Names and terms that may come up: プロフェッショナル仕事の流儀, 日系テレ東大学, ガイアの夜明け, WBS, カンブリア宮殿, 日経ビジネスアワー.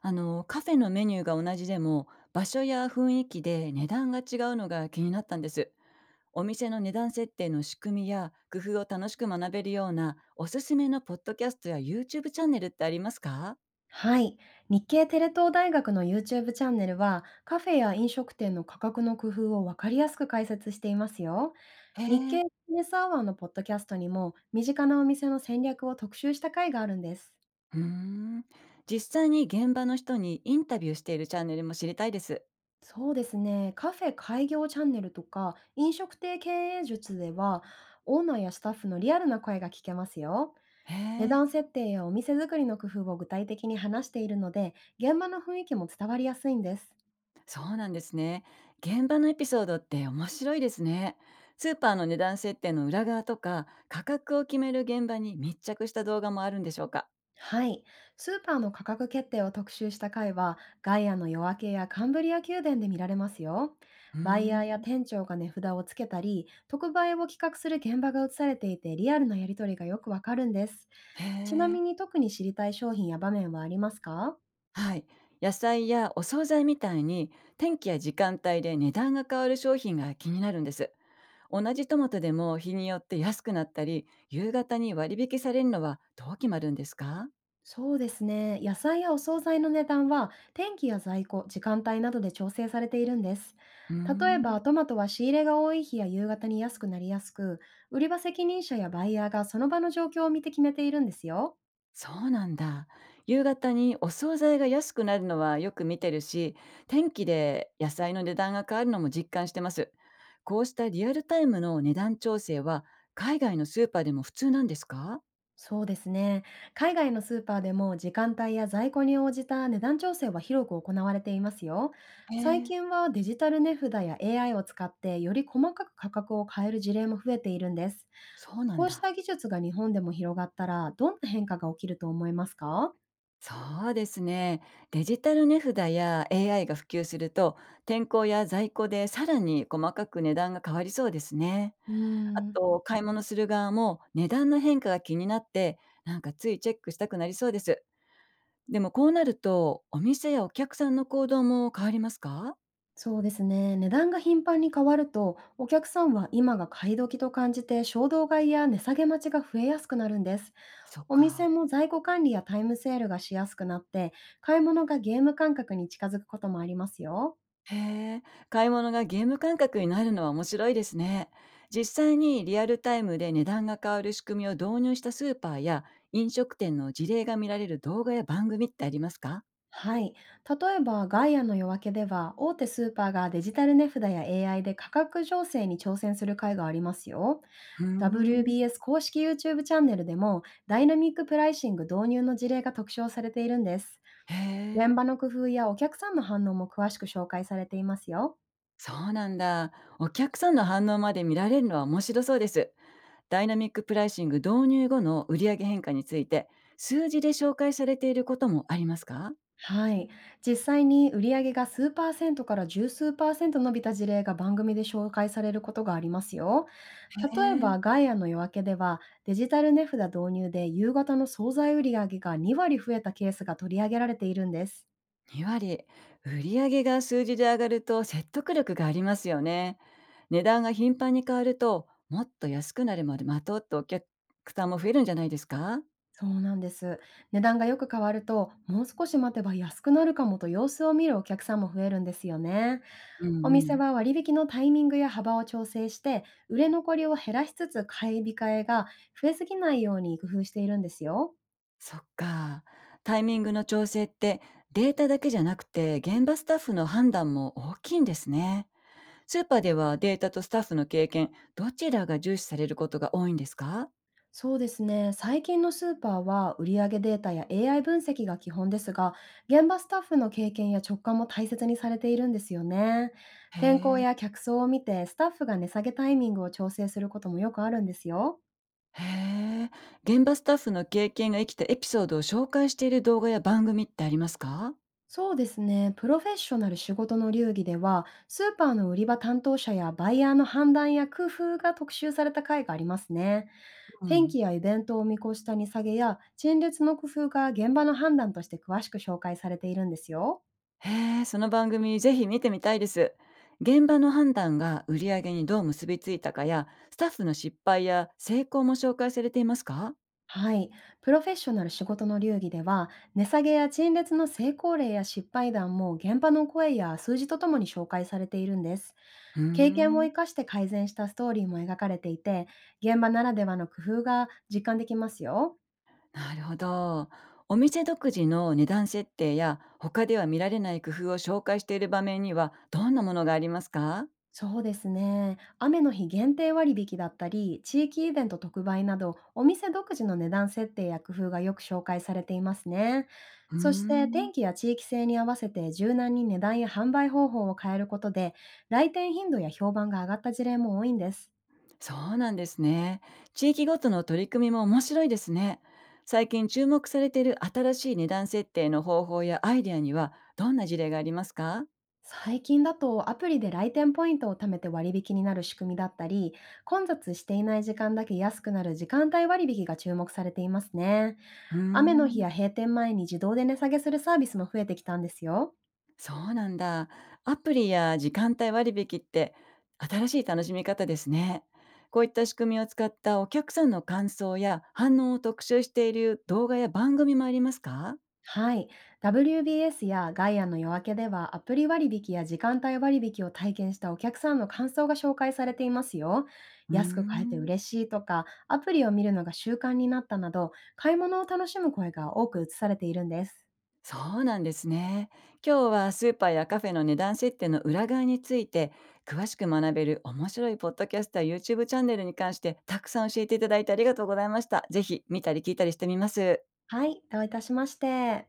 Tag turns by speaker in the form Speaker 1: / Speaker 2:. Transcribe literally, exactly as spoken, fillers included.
Speaker 1: あのカフェのメニューが同じでも場所や雰囲気で値段が違うのが気になったんです。お店の値段設定の仕組みや工夫を楽しく学べるようなおすすめのポッドキャストや YouTube チャンネルってありますか？
Speaker 2: はい。日系テレ東大学の YouTube チャンネルは、カフェや飲食店の価格の工夫を分かりやすく解説していますよ。
Speaker 1: へ
Speaker 2: 日
Speaker 1: え。
Speaker 2: 経ビジネスアワーのポッドキャストにも、身近なお店の戦略を特集した回があるんです。
Speaker 1: うーん。実際に現場の人にインタビューしているチャンネルも知りたいです。
Speaker 2: そうですね。カフェ開業チャンネルとか、飲食店経営術では、オーナーやスタッフのリアルな声が聞けますよ。
Speaker 1: へ
Speaker 2: 値
Speaker 1: え。
Speaker 2: 段設定やお店作りの工夫を具体的に話しているので、現場の雰囲気も伝わりやすいんです。
Speaker 1: そうなんですね。現場のエピソードって面白いですね。スーパーの値段設定の裏側とか価格を決める現場に密着した動画もあるんでしょうか？
Speaker 2: はい。スーパーの価格決定を特集した回は、ガイアの夜明けやカンブリア宮殿で見られますよ。
Speaker 1: うー
Speaker 2: バイヤーや
Speaker 1: ん。
Speaker 2: 店長が値札をつけたり、特売を企画する現場が映されていて、リアルなやり取りがよくわかるんです。
Speaker 1: へ
Speaker 2: ちな
Speaker 1: え。
Speaker 2: みに特に知りたい商品や場面はありますか？
Speaker 1: はい。野菜やお惣菜みたいに、天気や時間帯で値段が変わる商品が気になるんです。同じトマトでも日によって安くなったり、夕方に割引されるのはどう決まるんですか？
Speaker 2: そうですね。野菜やお惣菜の値段は天気や在庫、時間帯などで調整されているんです。
Speaker 1: うー
Speaker 2: 例えば
Speaker 1: ん。
Speaker 2: トマトは仕入れが多い日や夕方に安くなりやすく、売り場責任者やバイヤーがその場の状況を見て決めているんですよ。
Speaker 1: そうなんだ。夕方にお惣菜が安くなるのはよく見てるし、天気で野菜の値段が変わるのも実感してます。こうしたリアルタイムの値段調整は、海外のスーパーでも普通なんですか？
Speaker 2: そうですね。海外のスーパーでも時間帯や在庫に応じた値段調整は広く行われていますよ。
Speaker 1: へ
Speaker 2: 最
Speaker 1: え。
Speaker 2: 近はデジタル値札や エーアイ を使ってより細かく価格を変える事例も増えているんです。
Speaker 1: そうなん
Speaker 2: こうした
Speaker 1: だ。
Speaker 2: 技術が日本でも広がったらどんな変化が起きると思いますか？
Speaker 1: そうですね。デジタル値札や エーアイ が普及すると、天候や在庫でさらに細かく値段が変わりそうですね。
Speaker 2: うー
Speaker 1: あ
Speaker 2: ん、
Speaker 1: と、買い物する側も値段の変化が気になって、なんかついチェックしたくなりそうです。でもこうなると、お店やお客さんの行動も変わりますか？
Speaker 2: そうですね。値段が頻繁に変わると、お客さんは今が買い時と感じて衝動買いや値下げ待ちが増えやすくなるんです。
Speaker 1: そっ
Speaker 2: お
Speaker 1: か。
Speaker 2: 店も在庫管理やタイムセールがしやすくなって、買い物がゲーム感覚に近づくこともありますよ。
Speaker 1: へえ、買い物がゲーム感覚になるのは面白いですね。実際にリアルタイムで値段が変わる仕組みを導入したスーパーや飲食店の事例が見られる動画や番組ってありますか？
Speaker 2: はい。例えば、ガイアの夜明けでは、大手スーパーがデジタル値札や エーアイ で価格情勢に挑戦する会がありますよ。
Speaker 1: うーん。
Speaker 2: ダブリュービーエス 公式 YouTube チャンネルでも、ダイナミックプライシング導入の事例が特徴されているんです。
Speaker 1: へ
Speaker 2: 現
Speaker 1: え、
Speaker 2: 場の工夫やお客さんの反応も詳しく紹介されていますよ。
Speaker 1: そうなんだ。お客さんの反応まで見られるのは面白そうです。ダイナミックプライシング導入後の売上変化について数字で紹介されていることもありますか？
Speaker 2: はい。実際に売上が数パーセントから十数パーセント伸びた事例が番組で紹介されることがありますよ。
Speaker 1: へ
Speaker 2: 例え
Speaker 1: え。
Speaker 2: ば、ガイアの夜明けでは、デジタル値札導入で夕方の惣菜売上がにわり割増えたケースが取り上げられているんです。
Speaker 1: に割。売上が数字で上がると説得力がありますよね。値段が頻繁に変わると、もっと安くなるまで待とうってお客さんも増えるんじゃないですか？
Speaker 2: そうなんです。値段がよく変わると、もう少し待てば安くなるかもと様子を見るお客さんも増えるんですよね。
Speaker 1: う
Speaker 2: お
Speaker 1: ん
Speaker 2: 店
Speaker 1: うん。
Speaker 2: は割引のタイミングや幅を調整して、売れ残りを減らしつつ買い控えが増えすぎないように工夫しているんですよ。
Speaker 1: そっか。タイミングの調整ってデータだけじゃなくて現場スタッフの判断も大きいんですね。スーパーではデータとスタッフの経験、どちらが重視されることが多いんですか？
Speaker 2: そうですね。最近のスーパーは売上データや エーアイ 分析が基本ですが、現場スタッフの経験や直感も大切にされているんですよね。
Speaker 1: へ
Speaker 2: 天候
Speaker 1: え。
Speaker 2: や客層を見てスタッフが値下げタイミングを調整することもよくあるんですよ。
Speaker 1: へえ、現場スタッフの経験が生きたエピソードを紹介している動画や番組ってありますか？
Speaker 2: そうですね。プロフェッショナル仕事の流儀では、スーパーの売り場担当者やバイヤーの判断や工夫が特集された回がありますね。
Speaker 1: う
Speaker 2: 天
Speaker 1: ん、
Speaker 2: 気やイベントを見越した値下げや陳列の工夫が現場の判断として詳しく紹介されているんですよ。
Speaker 1: へえ、その番組ぜひ見てみたいです。現場の判断が売り上げにどう結びついたかや、スタッフの失敗や成功も紹介されていますか？
Speaker 2: はい。プロフェッショナル仕事の流儀では、値下げや陳列の成功例や失敗談も現場の声や数字とともに紹介されているんです。
Speaker 1: うー
Speaker 2: 経験を
Speaker 1: ん、
Speaker 2: 生かして改善したストーリーも描かれていて、現場ならではの工夫が実感できますよ。
Speaker 1: なるほど。お店独自の値段設定や他では見られない工夫を紹介している場面にはどんなものがありますか？
Speaker 2: そうですね。雨の日限定割引だったり、地域イベント特売など、お店独自の値段設定や工夫がよく紹介されていますね。
Speaker 1: うー
Speaker 2: そして、天
Speaker 1: ん。
Speaker 2: 気や地域性に合わせて柔軟に値段や販売方法を変えることで、来店頻度や評判が上がった事例も多いんです。
Speaker 1: そうなんですね。地域ごとの取り組みも面白いですね。最近注目されている新しい値段設定の方法やアイデアにはどんな事例がありますか？
Speaker 2: 最近だとアプリで来店ポイントを貯めて割引になる仕組みだったり、混雑していない時間だけ安くなる時間帯割引が注目されていますね。
Speaker 1: うー
Speaker 2: 雨の日
Speaker 1: ん、
Speaker 2: や閉店前に自動で値下げするサービスも増えてきたんですよ。
Speaker 1: そうなんだ。アプリや時間帯割引って新しい楽しみ方ですね。こういった仕組みを使ったお客さんの感想や反応を特集している動画や番組もありますか？
Speaker 2: はい。ダブリュービーエス やガイアの夜明けではアプリ割引や時間帯割引を体験したお客さんの感想が紹介されていますよ。
Speaker 1: うー
Speaker 2: 安く買えて
Speaker 1: ん。
Speaker 2: 嬉しいとか、アプリを見るのが習慣になったなど、買い物を楽しむ声が多く映されているんです。
Speaker 1: そうなんですね。今日はスーパーやカフェの値段設定の裏側について詳しく学べる面白いポッドキャストや YouTube チューブチャンネルに関してたくさん教えていただいてありがとうございました。ぜひ見たり聞いたりしてみます。
Speaker 2: はい、どういたしまして。